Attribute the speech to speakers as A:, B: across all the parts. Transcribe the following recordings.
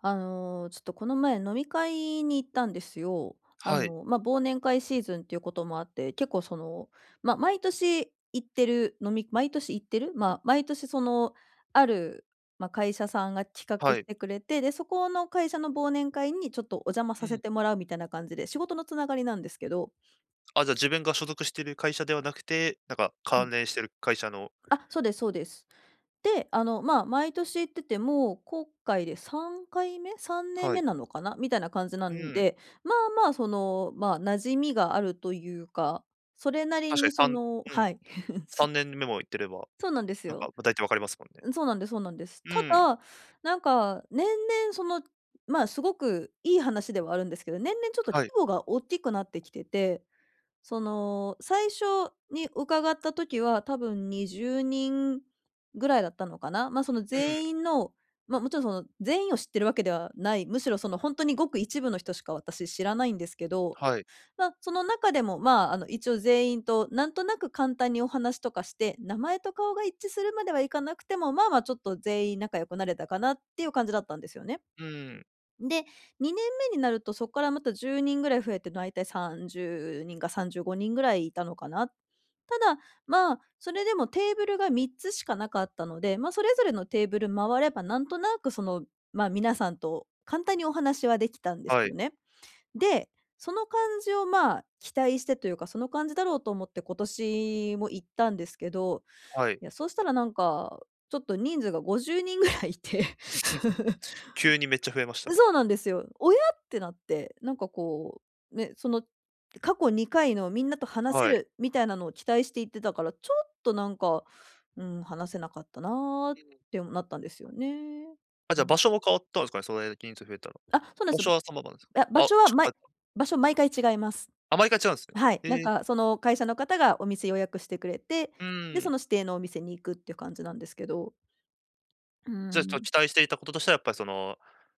A: ちょっとこの前飲み会に行ったんですよ。
B: はい、
A: 忘年会シーズンっていうこともあって、結構毎年行ってる、まあ、毎年その、ある、まあ、会社さんが企画
B: は
A: し
B: い。
A: てくれて、で、そこの会社の忘年会にちょっとお邪魔
B: う
A: させ
B: ん。
A: てもらうみたいな感じで、仕事のつながりなんですけど。
B: あ、じゃあ自分が所属している会社ではなくて、なんか
A: うん。
B: 関連してる会社の
A: あ、そうですそうです。で、毎年行ってて、今回で3回目？3年
B: は
A: 目
B: い。
A: なのかな？みたいな感じな
B: う
A: ん
B: ん、
A: で、馴染みがあるというか、それなり
B: 確
A: に
B: かに3うん、
A: はい。し
B: 3年目も行ってれば、
A: そうなんです
B: なんか、
A: よ。
B: ま大体わかりますもんね。
A: そうなんですそうなんです。
B: う
A: た
B: ん、
A: だ、なんか年々すごくいい話ではあるんですけど、年々ちょっと規
B: はい。
A: 模がおっきくなってきてて、最初に伺った時は多分20人ぐらいだったのかな。ま、その
B: うん、
A: 全員の、ま、もちろんその全員を知ってるわけではない、むしろ本当にごく一部の人しか私知らないんですけど、
B: はい。
A: その中でも、一応全員となんとなく簡単にお話とかして、名前と顔が一致するまではいかなくても、まあまあちょっと全員仲良くなれたかなっていう感じだったんですよね。
B: うん、
A: で、2年目になると、そこからまた10人ぐらい増えて、大体30人か35人ぐらいいたのかな。ただ、それでもテーブルが3つしかなかったので、それぞれのテーブル回れば、なんとなく皆さんと簡単にお話はできたんです
B: はい、
A: よね。で、その感じを、期待してというか、その感じだろうと思って今年も行ったんですけど、
B: はい。
A: いや、そうしたらなんか、ちょっと人数が50人ぐらいいて。
B: 急にめっちゃ増えましたね。
A: そうなんですよ。親ってなって、なんかこう、ね、その過去2回のみんなと話せ
B: はい。
A: るみたいなのを期待して行ってたから、ちょっとなんか、うん、話せなかったな
B: う
A: っ
B: ん。
A: てなったんですよね。
B: あ、じゃ
A: う
B: あ
A: ん。
B: 場所も変わったんですかね、それだけ人数増えたら。
A: あ、そうなんで
B: 場
A: すよ。
B: 所は様々なんですか？
A: いや、場
B: あ、
A: 所は
B: ちょっと変わった。
A: 場所毎回違います。
B: あ、毎回違うんですね。
A: はい。なんかその会社の方がお店予約してくれて、
B: う
A: で、そ
B: ん。
A: の指定のお店に行くっていう感じなんですけど。うー
B: じゃあちょっ
A: ん。
B: と期待していたこととしてはやっぱりその、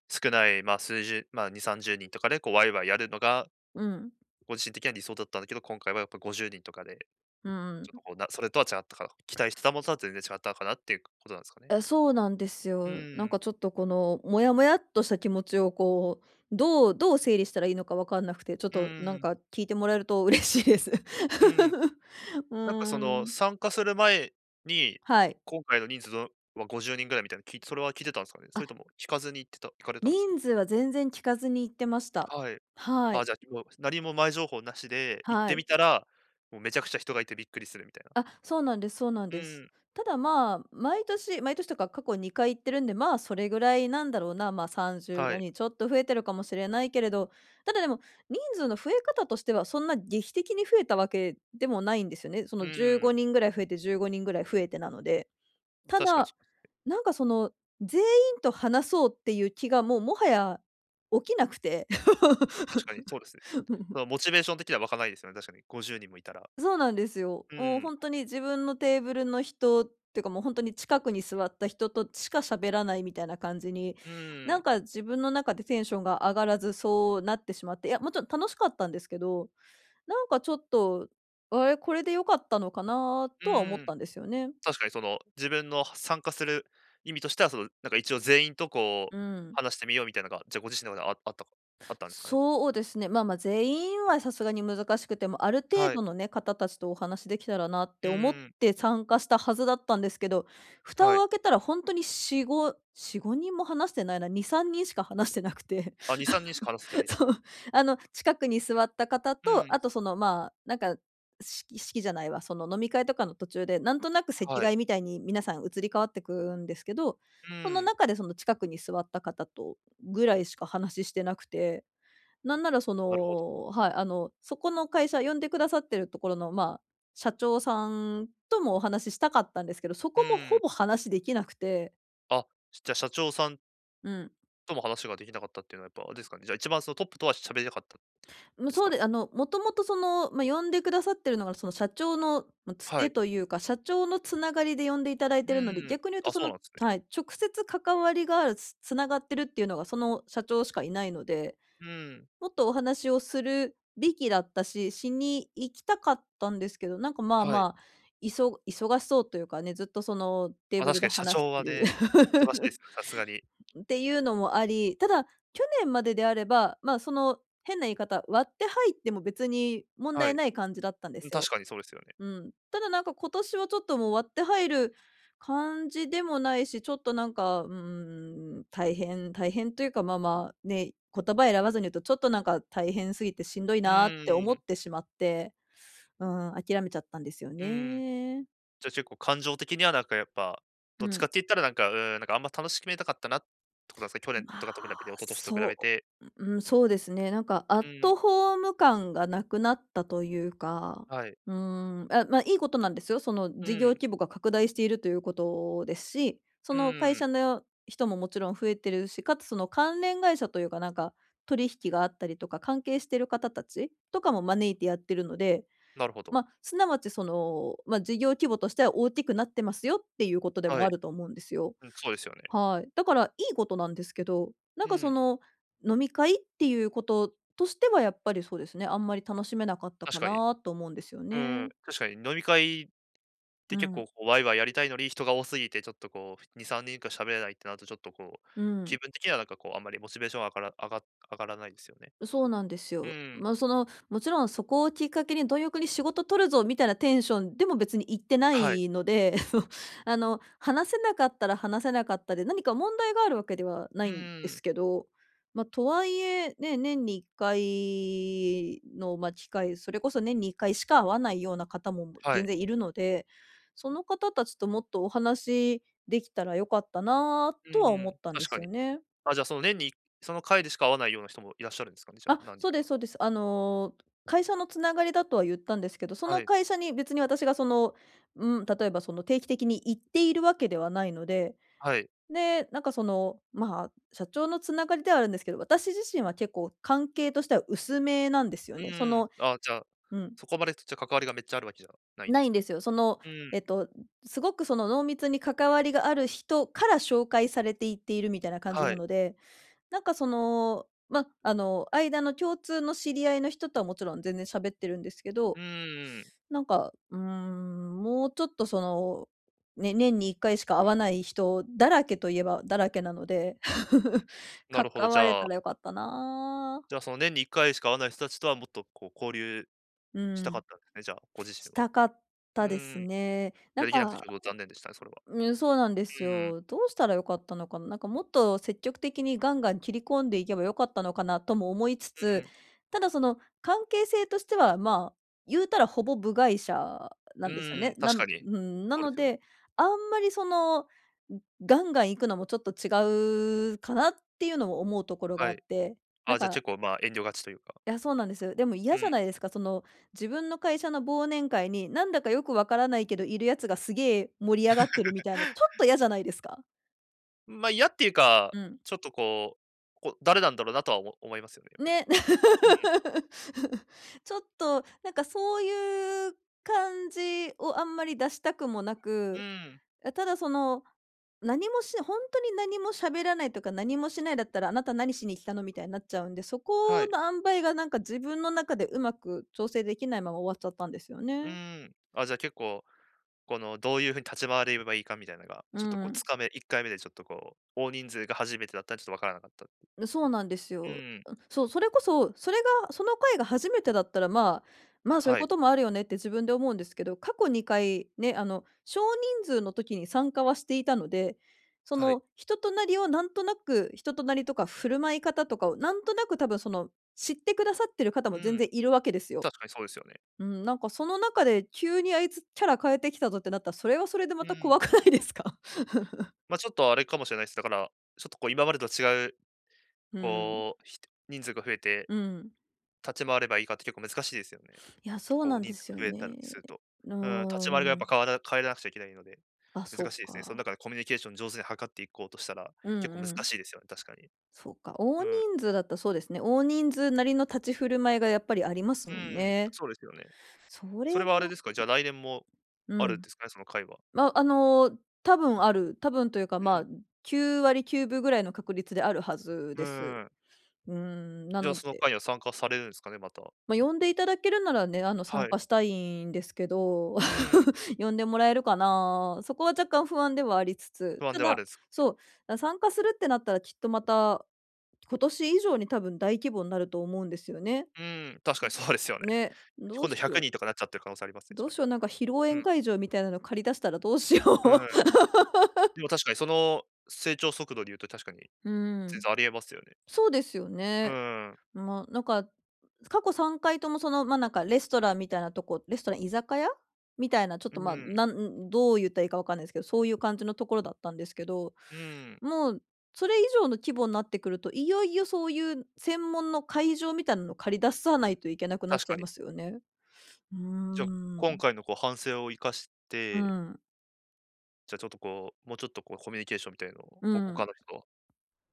B: 少ない、まあ、数十まあ、2、30人とかでこうワイワイやるのが
A: うん。
B: ご自身的には理想だったんだけど、今回はやっぱ50人とかで、
A: うんう
B: ちょっと
A: ん。
B: こう、なそれとは違ったか期待してたものとは全然違ったかなっていうことなんですかね？
A: え、そうなんです
B: う
A: よ。
B: ー
A: なん
B: ん、
A: かちょっとこのモヤモヤっとした気持ちをこう、どう整理したらいいのかわかんなくて、ちょっ
B: う
A: とな
B: ー
A: ん
B: ん、
A: か聞いてもらえると嬉しいです。
B: うん。
A: う
B: なんかそ
A: ー
B: の、
A: ん、
B: 参加する前に、
A: はい。
B: 今回の人数のは50人ぐらいみたいな聞い、きそれは聞いてたんですかね？そ
A: あ、
B: れとも聞かずに行ってた行かれたんですか？
A: 人数は全然聞かずに行ってました。
B: はい。
A: は
B: あ、
A: い、
B: じゃあ、もう何も前情報なしで、行っ
A: は
B: て
A: い。
B: みたら、もうめちゃくちゃ人がいてびっくりするみたいな。
A: あ、そうなんですそうなん
B: う
A: です。
B: ん、
A: ただ、毎年毎年とか過去2回行ってるんで、それぐらいなんだろうな、
B: は
A: 35
B: い。
A: にんちょっと増えてるかもしれないけれど、ただでも、人数の増え方としてはそんな劇的に増えたわけでもないんですよね。そ
B: う
A: の15
B: ん、
A: 人ぐらい増えて15人ぐらい増えてなので。た
B: 確かに
A: だ、
B: そうですね。
A: なんか全員と話そうっていう気がもうもはや起きなくて。
B: 確かに そうですね。そのモチベーション的には湧かないですよね、確かに50人もいたら。
A: そうなんですよ。
B: う
A: もう
B: ん、
A: 本当に自分のテーブルの人っていうかもう本当に近くに座った人としか喋らないみたいな感じに、
B: う
A: な
B: ん、
A: んか自分の中でテンションが上がらずそうなってしまって、いや、もちろん楽しかったんですけど、なんかちょっと、あれ、これで良かったのかな
B: う
A: とは思っ
B: ん。
A: たんですよね。
B: 確かにその、自分の参加する意味としては、その、なんか一応全員とこ
A: う
B: う、
A: ん。
B: 話してみようみたいなのが、じゃあご自身の中でああったかあったんですかね？
A: そうですね。まあまあ、全員はさすがに難しくても、ある程
B: はい。
A: 度のね、方たちとお話できたらなって
B: う
A: 思っ
B: ん、
A: て参加したはずだったんですけど、蓋
B: は
A: を
B: い。
A: 開けたら本当によんごよんごに4、5、4、5人も話してないな、2、3人しか話してなくて。
B: あ、2、3人しか話せてないん です
A: そう、
B: ね。
A: あの、近くに座った方
B: う
A: と、
B: ん、
A: あと式じゃないわ、その飲み会とかの途中で、なんとなく席
B: はい。
A: 替えみたいに皆さん移り変わってくんですけど、
B: う
A: その
B: ん、
A: 中でその近くに座った方とぐらいしか話してなくて、なんなら
B: なるほど。
A: はい、あの、そこの会社呼んでくださってるところの、社長さんともお話ししたかったんですけど、そ
B: う
A: こもほ
B: ん。
A: ぼ話できなくて。
B: あ、じゃあ社長さん
A: うん。
B: とも話ができなかったっていうのはやっぱあれですかね、じゃあ一番そのトップとは喋れなかった
A: もう
B: です
A: そう
B: かね？
A: で、あの、もともと呼んでくださってるのが、その社長の、つ
B: は
A: て
B: い。
A: というか、社長のつながりで呼んでいただい
B: う
A: てるので、
B: ん。
A: 逆に言うと
B: あ、
A: そ
B: そう
A: の、
B: なんですね。
A: はい、直接関わりがある、繋がってるっていうのがその社長しかいないので、
B: うん、
A: もっとお話をするべきだったし、しに行きたかったんですけど、なんか、
B: はい。
A: 忙しそうというかね、ずっとそのテー
B: ま、
A: ブル
B: 確
A: で
B: かに社
A: 話し
B: 長
A: て
B: は
A: る
B: ね、忙しいですね、さすがに。
A: っていうのもあり、ただ、去年までであれば、その変な言い方、割って入っても別に問
B: は
A: 題
B: い。
A: ない感じだったんで
B: うん、
A: す
B: 確
A: よ。
B: かにそうですよね。
A: うん。ただなんか今年はちょっともう割って入る感じでもないし、ちょっとなんか、うーん、大変大変というか、ね、言葉選ばずに言うとちょっとなんか大変すぎてしんどい
B: う
A: なって
B: ー
A: 思っ
B: ん、
A: てしまって、うん、諦めちゃったんですよ
B: うん。
A: ね。
B: じゃあ結構感情的にはなんかやっぱ、
A: う
B: どっちか
A: ん。
B: って言ったらなんか、うーん、なんかあんま楽しめなかったなってことなんですか？去年
A: ま
B: と
A: あ、
B: かと比べて、一昨年と比べ
A: そ
B: て。
A: そうですね。なんかアッ
B: うん、
A: トホーム感がなくなったというか、
B: はい。
A: うーん、あ、いいことなんですよ。その
B: う
A: 事業
B: ん、
A: 規模が拡大しているということですし、そ
B: う
A: の会
B: ん、
A: 社の人ももちろん増えてるし、かつその関連会社というか、なんか取引があったりとか、関係してる方たちとかも招いてやってるので、
B: なるほど。
A: すなわち事業規模としては大きくなってますよっていうことで
B: は
A: も
B: い。
A: あると思うんですよ。
B: うん、そうですよね。
A: はい。だから、いいことなんですけど、なん
B: う
A: か
B: ん、
A: 飲み会っていうこととしてはやっぱりそうですね、あんまり楽しめなかった
B: 確
A: か
B: かに。
A: なと思うんですよ
B: うん、
A: ね。
B: 確かに飲み会って
A: う
B: 結構
A: ん。
B: こうワイワイやりたいのに、人が多すぎてちょっとこう、2、3人しか喋れないってなるとちょっとこう、
A: う
B: 気
A: ん、
B: 分的にはなんかこうあんまりモチベーション上がらないですよね。
A: そうなんです
B: う
A: よ。
B: ん、
A: もちろんそこをきっかけに貪欲に仕事取るぞみたいなテンションでも別に言ってな
B: はい。
A: いので あの、話せなかったら話せなかったで、何か問題があるわけではな
B: う
A: いんで
B: ん、
A: すけど、とはいえ、ね、年に1回の、機会、それこそ年に1回しか会わないような方も
B: は
A: 全
B: い。
A: 然いるので、その方たちともっとお話できたらよかったな
B: う
A: とは思ったんで
B: 確か
A: すよ
B: に。
A: ね。
B: あ、じゃあ、その年にその回でしか会わないような人もいらっしゃるんですかね、じゃあ、
A: あ、
B: 何人
A: そうです
B: か。
A: そうです。あの、会社のつながりだとは言ったんですけど、そ
B: は
A: の
B: い、
A: 会社に別に私がうん、例えばその定期的に行っているわけではないので、
B: はい。
A: で、なんか社長のつながりではあるんですけど、私自身は結構関係としては薄めなんですよ
B: う
A: ね。その、
B: あ、じゃあ、
A: うん、
B: そこまでじゃあ関わりがめっちゃあるわけじゃないんで
A: ない
B: す
A: んで
B: ね。
A: すよ。
B: うん、
A: えっと、すごくその濃密に関わりがある人から紹介されていっているみたいな感じ
B: は
A: な
B: い。
A: ので、なんかその、ま、あの、間の共通の知り合いの人とはもちろん全然喋ってるんですけ
B: う
A: ど、
B: ん、
A: もうちょっとその、ね、年に1回しか会わない人だらけといえばだらけなので、
B: なるほど。
A: 関
B: じ
A: われ
B: ゃあ
A: たらよかったな。
B: じゃあ、その年に1回しか会わない人たちとはもっとこう交流
A: う
B: したか
A: ん、
B: ったんですね、じゃあ、ご自
A: し
B: 身は。
A: たかっ
B: う
A: たです
B: ん。い
A: ね。
B: や、できなくてちょっと残念でしたね、それは。
A: うん、そうなんです
B: うん、
A: よ。どうしたら良かったのかな。なんかもっと積極的にガンガン切り込んでいけば良かったのかなとも思いつつ、ただその関係性としては、まあ、言うたらほぼ部外者な
B: う
A: んですよ
B: ん、う
A: ね。
B: ん、確かに。
A: な
B: そうで
A: の
B: すよね。
A: で、あんまりその、ガンガン行くのもちょっと違うかなっていうのも思うところが
B: は
A: あっ
B: い。
A: て、なん
B: あ、じゃあ、
A: か
B: 結構、まあ、遠慮がちというか。
A: いや、そうなんですよ。でも
B: う
A: 嫌じ
B: ん。
A: ゃないですか、その、自分の会社の忘年会に、なんだかよくわからないけど、いるやつがすげえ盛り上がってるみたいな、ちょっと嫌じゃないですか？
B: ま、あ嫌っていうか、
A: うん。
B: ちょっとこう、誰なんだろうなとは思いますよね、やっぱり。
A: ね。
B: うん、
A: ちょっと、なんかそういう感じをあんまり出したくもな
B: う
A: く、
B: ん、
A: ただその、何もし本当に何も喋らないとか、何もしないだったら、あなた何しに来たのみたいになっちゃうんで、そ
B: は
A: こ
B: い、
A: の塩梅がなんか自分の中でうまく調整できないまま終わっちゃったんですよ
B: う
A: ね。
B: あ、じゃあ結構、このどういうふうに立ち回ればいいかみたいなのが、
A: う
B: ちょっとこう
A: ん。
B: 掴め1回目でちょっとこう、大人数が初めてだったらちょっとわからなかった。
A: そうなんです
B: う
A: よ。
B: ん、
A: うん、そう、それこそ、それがその回が初めてだったら、まあ、そういう
B: は
A: こ
B: い、
A: ともあるよねって自分で思うんですけど、過去2回ね、あの、少人数の時に参加はしていたので、
B: はい。
A: 人となりとか振る舞い方とかをなんとなく多分その、知ってくださってる方
B: う
A: も全
B: ん、
A: 然いるわけですよ。
B: 確かにそうですよね。
A: うん、なんかその中で急にあいつキャラ変えてきたぞってなったら、それはそれで
B: う
A: また
B: ん。
A: 怖くないですか？
B: ま、あちょっとあれかもしれないです。だから、ちょっとこう今までと違う、
A: うん。
B: こう、人数が増えて
A: うん。
B: 立ち回ればいいかって結構難しいですよね。
A: いや、そう
B: こ
A: な
B: う
A: ん
B: 人
A: で
B: 数
A: すよ
B: が増えたり
A: ね。
B: すると。
A: う
B: うん、立ち回りがやっ
A: ー
B: ぱ
A: ん。
B: 変えらなくちゃいけないので、
A: あ、そ
B: 難
A: う
B: しいですね。その
A: か。
B: 中でコミュニケーション上手に図っていこうとしたら、
A: うん
B: 結構難
A: うん。
B: しいですよね、確かに。
A: そうか。
B: う
A: 大
B: ん。
A: 人数だったらそうですね。大人数なりの立ち振る舞いがやっぱりあります
B: う
A: もん
B: ん、
A: ね。
B: そうですよね。
A: そ
B: それ
A: れが
B: はあれですか、じゃあ来年も
A: う
B: あるん
A: ん。
B: ですかね、その会は。
A: ま、あの、多分あるというか、
B: う
A: ま
B: ん。
A: あ、9割9分ぐらいの確率であるはず
B: う
A: です。
B: ん。
A: うーん、な
B: じゃあ
A: の
B: その会
A: で
B: には参加されるんですかね、また。
A: まあ、呼んでいただけるならね、あの、
B: は
A: 参
B: い。
A: 加したいんですけど、
B: うん、
A: 呼んでもらえるかな、そこは若干不安ではありつ
B: 不
A: つ、
B: 安
A: た
B: ではあ
A: だ
B: るんですか。
A: そう、参加するってなったらきっとまた、今年以上に多分大規模になると思うんですよね。
B: うん、確かにそうですよね。
A: ね、どう
B: 今度
A: しよ
B: 100
A: う。
B: 人とかなっちゃってる可能性ありますね、じ
A: ど
B: ゃ
A: うしよう、なんか披露
B: あ。う
A: 宴
B: ん。
A: 会場みたいなの借り出したらどうしよう。
B: うん。でも確かにその成長速度で言うと確かに
A: う
B: 全
A: ん、
B: 然ありえますよね。
A: そうですよ
B: う
A: ね。
B: ん、
A: もうなんか、過去3回ともその、なんかレストラン居酒屋みたいな、ちょっ
B: う
A: と、まあ、
B: ん、
A: どう言ったらいいかわかんないですけど、そういう感じのところだったんですけど、
B: うん、
A: もうそれ以上の規模になってくると、いよいよそういう専門の会場みたいなのを借り出さないといけなくなっ
B: 確
A: ちゃ
B: か
A: い
B: に。
A: ますよね。うー
B: じゃあ、今
A: ん。
B: 回のこう反省を生かし
A: う
B: て、
A: ん。
B: じゃあちょっとこう、もうちょっとこうコミュニケーションみたいのを、
A: う
B: 他
A: ん。
B: の人と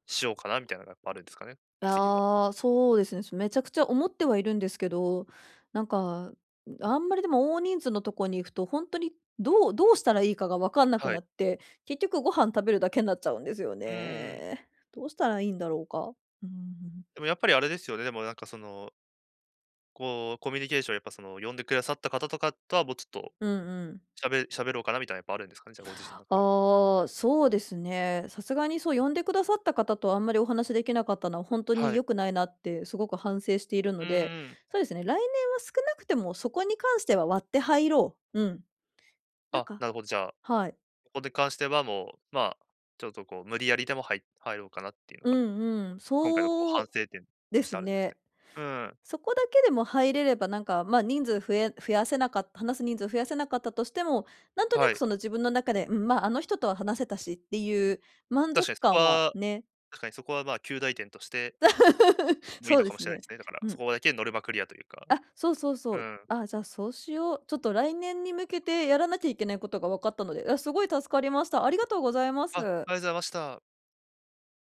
B: しようかなみたいなのがやっぱあるんですかね？次は。
A: ああ、そうですね。めちゃくちゃ思ってはいるんですけど、なんか、あんまりでも大人数のとこに行くと、本当にどうしたらいいかが分かんなく
B: は
A: な
B: い。
A: って、結局ご飯食べるだけになっちゃうんですよ
B: うーん。
A: ね。どうしたらいいんだろうか。うん。
B: でもやっぱりあれですよね、でもなんかその、こうコミュニケーションやっぱその呼んでくださった方とかとはもうちょっと
A: うんうん。
B: しゃべ喋ろうかなみたいなやっぱあるんですかね？じゃあご自身の中で。
A: ああ、そうですね。さすがにそう、呼んでくださった方とあんまりお話できなかったのは、本当
B: は
A: に良
B: い。
A: くないなってすごく反省している
B: う
A: ので、
B: ーん。
A: そうですね、来年は少なくてもそこに関しては割って入ろう。うん。なん
B: あ、
A: か
B: なるほど、じゃあ、
A: はい。
B: ここに関してはもう、まあ、ちょっとこう無理やりでも入ろうかなっていうの
A: う
B: が
A: んうん、
B: 今回のこう
A: そ
B: 反
A: う
B: 省点
A: で
B: とし
A: す
B: てあるんです
A: ね。
B: ね。うん、
A: そこだけでも入れれば、なんか、人数増え増やせなかった話す人数増やせなかったとしても、なんとな
B: は
A: く
B: い。
A: その自分の中で、うん、まあ、あの人とは話せたしっていう満
B: 確
A: 足
B: かにそこ
A: 感は
B: は
A: ね。
B: 確かにそこはまあ、及第点として もいい
A: そ
B: の
A: うで
B: かも
A: す
B: しれないで
A: ね。
B: すね。だから、
A: う
B: そ
A: ん。
B: こだけノルマクリアというか。
A: あ、そうそうそ
B: う
A: う。
B: ん。
A: あ、じゃあそうしよう。ちょっと来年に向けてやらなきゃいけないことが分かったので、あ、すごい助かりました。ありがとうございます。
B: あ、ありがとうございました。